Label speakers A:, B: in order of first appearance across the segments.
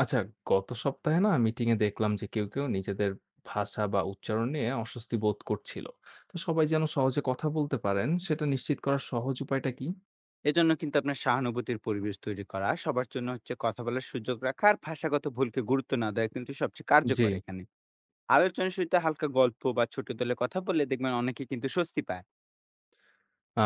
A: আচ্ছা, গত সপ্তাহে না মিটিং এ দেখলাম যে কেউ নিজেদের ভাষা বা উচ্চারণ নিয়ে অস্বস্তি বোধ করছিল। তো সবাই যেন সহজে কথা বলতে পারেন সেটা নিশ্চিত করার সহজ উপায়টা কি?
B: এজন্য কিন্তু আপনার সহানুভূতির পরিবেশ তৈরি করা সবার জন্য হচ্ছে কথা বলার সুযোগ রাখা আর ভাষাগত ভুলকে গুরুত্ব না দেওয়া কিন্তু সবচেয়ে
A: জি,
B: কার্যকর এখানে। আলোচনা শুরুতে হালকা গল্প বা ছোট দলে কথা বললে দেখবেন অনেকে কিন্তু স্বস্তি পায়।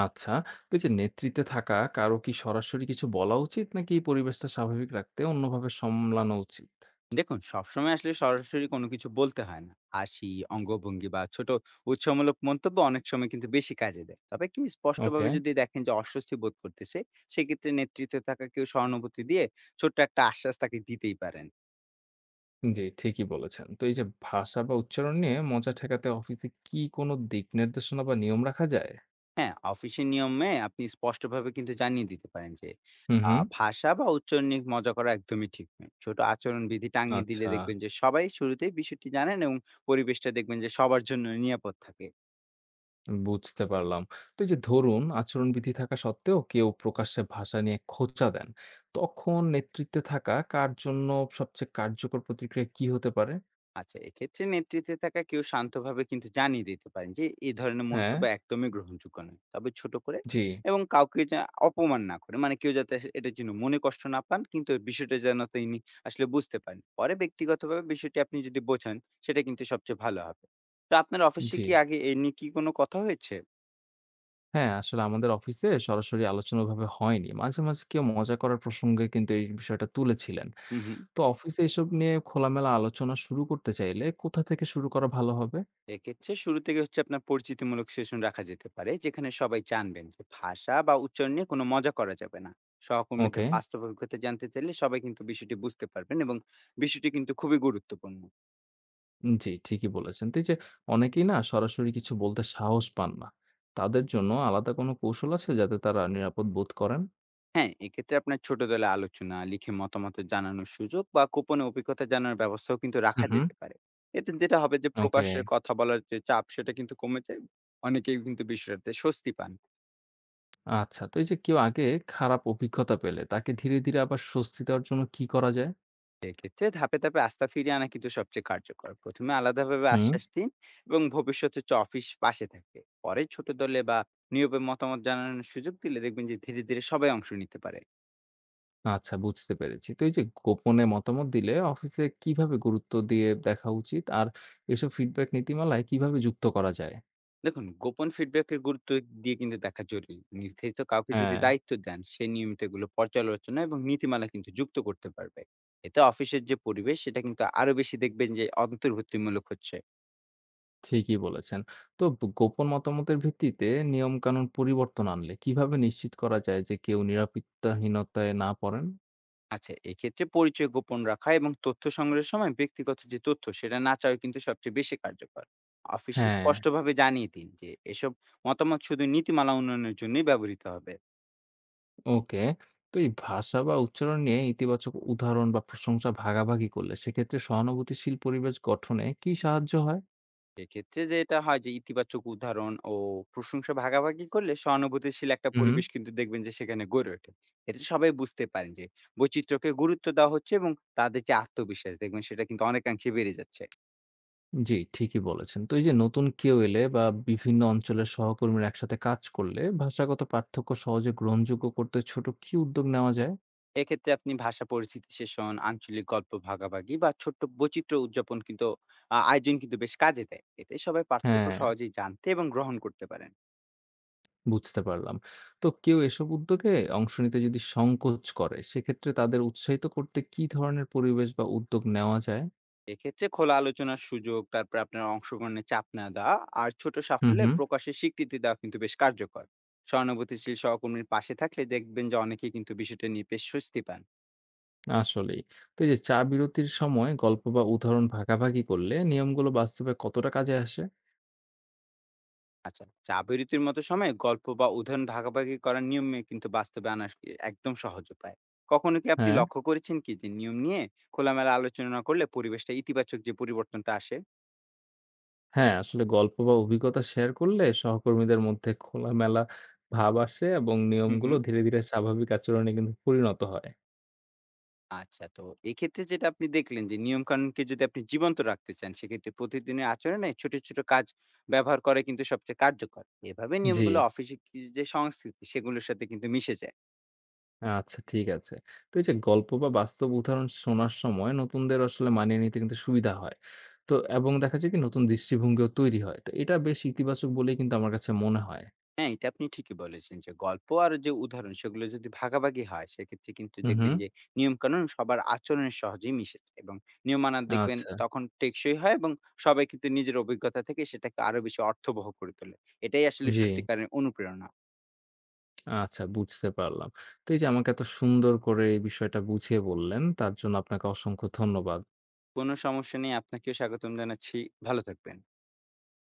A: আচ্ছা। তো এই যে নেতৃত্বে থাকা কারো কি সরাসরি কিছু বলা উচিত নাকি পরিবেশটা স্বাভাবিক রাখতে অন্যভাবে সামলানো উচিত?
B: দেখুন, সবসময় আসলে সরাসরি কোনো কিছু বলতে হয় না, হাসি, অঙ্গভঙ্গি বা ছোট উৎসাহমূলক মন্তব্য অনেক সময় কিন্তু বেশি কাজে দেয়। তবে কি
A: ওকে,
B: স্পষ্টভাবে যদি দেখেন যে অস্বস্তি বোধ করতেছে, সেক্ষেত্রে নেতৃত্বে থাকা কেউ সহানুভূতি দিয়ে ছোট্ট একটা আশ্বাস তাকে দিতেই পারেন।
A: জি ঠিকই বলেছেন। তো এই যে ভাষা বা উচ্চারণ নিয়ে মজা ঠেকাতে অফিসে কি কোনো দিক নির্দেশনা বা নিয়ম রাখা যায়?
B: হ্যাঁ, অফিসের নিয়মে আপনি স্পষ্টভাবে কিন্তু জানিয়ে দিতে পারেন যে,
A: হুম, হুম,
B: ভাষা বা উচ্চারণ নিয়ে মজা করা একদমই ঠিক নয়। ছোট আচরণবিধি টাঙিয়ে দিলে
A: আচ্ছা।
B: দেখবেন যে সবাই শুরুতেই বিষয়টি জানেন, এবং পরিবেশটা দেখবেন যে সবার জন্য নিরাপদ থাকে।
A: বুঝতে পারলাম। তো এই যে ধরুন আচরণবিধি থাকা সত্ত্বেও কেউ প্রকাশ্যে ভাষা নিয়ে খোঁচা দেন, তখন নেতৃত্বে থাকা কার জন্য সবচেয়ে কার্যকর প্রতিক্রিয়া কি হতে পারে?
B: আচ্ছা, এক্ষেত্রে নেতৃত্বে থাকা কেউ শান্তভাবে কিন্তু জানিয়ে দিতে পারেন যে, এই ধরনের
A: হ্যাঁ,
B: মন্তব্য একদমই গ্রহণযোগ্য নয়। তবে ছোট করে
A: জি,
B: এবং কাউকে যা অপমান না করে। মানে কেউ যাতে সে এটার জন্য মনে কষ্ট না পান, কিন্তু বিষয়টা যেন তিনি আসলে বুঝতে পারেন। পরে ব্যক্তিগতভাবে বিষয়টি আপনি যদি বোঝান, সেটা কিন্তু সবচেয়ে ভালো হবে। তো আপনার অফিসে
A: জি।
B: কি আগে এ নিয়ে কি কোনো কথা হয়েছে?
A: হ্যাঁ, আসলে আমাদের অফিসে সরাসরি আলোচনা ওভাবে হয়নি। মাঝে কেউ মজা করার প্রসঙ্গে কিন্তু এই বিষয়টা তুলেছিলেন।
B: হু, হু।
A: তো অফিসে এসব নিয়ে খোলামেলা আলোচনা শুরু করতে চাইলে কোথা থেকে শুরু করা ভালো হবে?
B: এক্ষেত্রে শুরু থেকে হচ্ছে আপনার পরিচিতিমূলক সেশন রাখা যেতে পারে, যেখানে সবাই জানবেন যে ভাষা বা উচ্চারণ নিয়ে কোনো মজা করা যাবে না। সহকর্মীদের
A: ওকে।
B: বাস্তব অভিজ্ঞতা জানতে চাইলে সবাই কিন্তু বিষয়টি বুঝতে পারবেন, এবং বিষয়টি কিন্তু খুবই গুরুত্বপূর্ণ।
A: জি, ঠিকই বলেছেন। তো এই যে অনেকেই না সরাসরি কিছু বলতে সাহস পান না। তাদের জন্য আলাদা কোনো কৌশল আছে যাতে তারা নিরাপদ বোধ করেন?
B: হ্যাঁ, এক্ষেত্রে আপনার ছোট দলে আলোচনা, লিখে মতামত জানানোর সুযোগ বা গোপনে অভিজ্ঞতা জানানোর ব্যবস্থাও কিন্তু
A: হুম,
B: রাখা
A: হুম।
B: যেতে পারে। এতে যেটা হবে যে
A: ওকে।
B: প্রকাশ্যে কথা বলার যে চাপ সেটা কিন্তু কমে যায়। অনেকেই কিন্তু বিষয়টাতে স্বস্তি পান।
A: আচ্ছা, তো এই যে কেউ আগে খারাপ অভিজ্ঞতা পেলে তাকে ধীরে আবার স্বস্তি দেওয়ার জন্য কি করা যায়?
B: এক্ষেত্রে ধাপে ধাপে আস্থা ফিরিয়ে আনা কিন্তু সবচেয়ে কার্যকর। প্রথমে আলাদাভাবে
A: হুম।
B: আশ্বাস দিন এবং ভবিষ্যতে হচ্ছে অফিস পাশে থাকবে। পরে ছোট দলে বা নিয়োগে মতামত জানানোর সুযোগ দিলে দেখবেন যে ধীরে ধীরে সবাই অংশ নিতে পারে।
A: আচ্ছা, বুঝতে পেরেছি। তো এই যে গোপনে মতামত দিলে অফিসে কিভাবে গুরুত্ব দিয়ে দেখা উচিত? আর এসব ফিডব্যাক নীতিমালায় কিভাবে যুক্ত করা যায়?
B: দেখুন, গোপন ফিডব্যাকের গুরুত্ব দিয়ে কিন্তু দেখা জরুরি। নির্ধারিত কাউকে যদি
A: হ্যাঁ।
B: দায়িত্ব দেন, সে নিয়মিত এগুলো পর্যালোচনা এবং নীতিমালা কিন্তু যুক্ত করতে পারবে। এতে অফিসের যে পরিবেশ সেটা কিন্তু আরো বেশি দেখবেন যে অন্তর্ভুক্তিমূলক হচ্ছে।
A: ঠিকই বলেছেন। তো গোপন মতামতের ভিত্তিতে নিয়মকানুন পরিবর্তন আনলে কিভাবে নিশ্চিত করা যায় যে কেউ নিরাপত্তাহীনতায় না পড়েন?
B: আচ্ছা, এক্ষেত্রে পরিচয় গোপন রাখা এবং তথ্য সংগ্রহের সময় ব্যক্তিগত যে তথ্য সেটা না চাওয়া কিন্তু সবচেয়ে বেশি কার্যকর। অফিসে
A: হ্যাঁ,
B: স্পষ্টভাবে জানিয়ে দিন যে এসব মতামত শুধু নীতিমালা উন্নয়নের জন্যই ব্যবহৃত হবে।
A: ওকে। তো এই ভাষা বা উচ্চারণ নিয়ে ইতিবাচক উদাহরণ বা প্রশংসা ভাগাভাগি করলে সেক্ষেত্রে সহানুভূতিশীল পরিবেশ গঠনে কি সাহায্য হয়?
B: এক্ষেত্রে যেটা হয় যে ইতিবাচক উদাহরণ ও প্রশংসা ভাগাভাগি করলে সহানুভূতিশীল একটা
A: হুম,
B: পরিবেশ কিন্তু দেখবেন যে সেখানে গড়ে ওঠে। এতে সবাই বুঝতে পারেন যে বৈচিত্র্যকে গুরুত্ব দেওয়া হচ্ছে, এবং তাদের যে আত্মবিশ্বাস দেখবেন সেটা কিন্তু অনেকাংশে বেড়ে যাচ্ছে।
A: জি, ঠিকই বলেছেন। তো এই যে নতুন কেউ এলে বা বিভিন্ন অঞ্চলের সহকর্মীরা একসাথে কাজ করলে ভাষাগত পার্থক্য সহজে গ্রহণযোগ্য করতে ছোট কি উদ্যোগ নেওয়া যায়?
B: এক্ষেত্রে আপনি ভাষা পরিচিতি সেশন, আঞ্চলিক গল্প ভাগাভাগি বা ছোট্ট বৈচিত্র্য উদযাপন কিন্তু আয়োজন কিন্তু বেশ কাজে দেয়। এতে সবাই পার্থক্য
A: হ্যাঁ।
B: সহজেই জানতে এবং গ্রহণ করতে পারেন।
A: বুঝতে পারলাম। তো কেউ এসব উদ্যোগে অংশ নিতে যদি সংকোচ করে, সেক্ষেত্রে তাদের উৎসাহিত করতে কি ধরনের পরিবেশ বা উদ্যোগ নেওয়া যায়?
B: এক্ষেত্রে খোলা আলোচনার সুযোগ, তারপর আপনার অংশগ্রহণে চাপ না দেওয়া, আর ছোট
A: হুম,
B: সাফল্যে
A: হুম।
B: প্রকাশের স্বীকৃতি দেওয়া কিন্তু বেশ কার্যকর। সহানুভূতিশীল সহকর্মীর পাশে থাকলে দেখবেন যে অনেকেই কিন্তু বিষয়টা নিয়ে বেশ স্বস্তি পান।
A: আসলেই। তো এই যে চা বিরতির সময় গল্প বা উদাহরণ ভাগাভাগি করলে নিয়মগুলো বাস্তবে কতটা কাজে আসে?
B: আচ্ছা, চা বিরতির মতো সময়ে গল্প বা উদাহরণ ভাগাভাগি করার নিয়মে কিন্তু বাস্তবে আনা একদম সহজ উপায়। কখনো কি আপনি
A: হ্যাঁ,
B: লক্ষ্য করেছেন কি যে নিয়ম নিয়ে খোলামেলা আলোচনা করলে পরিবেশটা ইতিবাচক যে পরিবর্তনটা আসে?
A: আসলে গল্প বা অভিজ্ঞতা শেয়ার করলে সহকর্মীদের মধ্যে খোলামেলা ভাব আসে এবং
B: হুম,
A: নিয়মগুলো
B: হুম।
A: ধীরে স্বাভাবিক আচরণে কিন্তু পরিণত হয়।
B: আচ্ছা, তো এক্ষেত্রে যেটা আপনি দেখলেন যে নিয়ম কানুনকে যদি আপনি জীবন্ত রাখতে চান, সেক্ষেত্রে প্রতিদিনের আচরণে ছোট ছোট কাজ ব্যবহার করে কিন্তু সবচেয়ে কার্যকর। এভাবে
A: জি।
B: নিয়মগুলো অফিসে যে সংস্কৃতি সেগুলোর সাথে কিন্তু মিশে যায়।
A: আচ্ছা ঠিক আছে। তো এই যে গল্প বা বাস্তব উদাহরণ শোনার সময় নতুনদের আসলে মানিয়ে নিতে কিন্তু সুবিধা হয়। তো এবং দেখা যায় কি নতুন দৃষ্টিভঙ্গিও তৈরি হয়। তো এটা বেশ ইতিবাচক বলেই কিন্তু আমার কাছে মনে হয়।
B: হ্যাঁ, এটা আপনি ঠিকই বলেছেন যে গল্প আর যে উদাহরণ সেগুলো যদি ভাগাভাগি হয় সেক্ষেত্রে কিন্তু
A: হুম, হুম।
B: দেখবেন যে নিয়মকানুন সবার আচরণে সহজেই মিশেছে, এবং নিয়ম মানা দেখবেন
A: আচ্ছা,
B: তখন টেকসই হয়, এবং সবাই কিন্তু নিজের অভিজ্ঞতা থেকে সেটাকে আরো বেশি অর্থবহ করে তোলে। এটাই আসলে
A: জি।
B: সত্যিকারের অনুপ্রেরণা।
A: আচ্ছা বুঝতে পারলাম। তো এই যে আমাকে এত সুন্দর করে এই বিষয়টা বুঝিয়ে বললেন তার জন্য আপনাকে অসংখ্য ধন্যবাদ।
B: কোনো সমস্যা নেই, আপনাকেও স্বাগতম জানাচ্ছি। ভালো থাকবেন।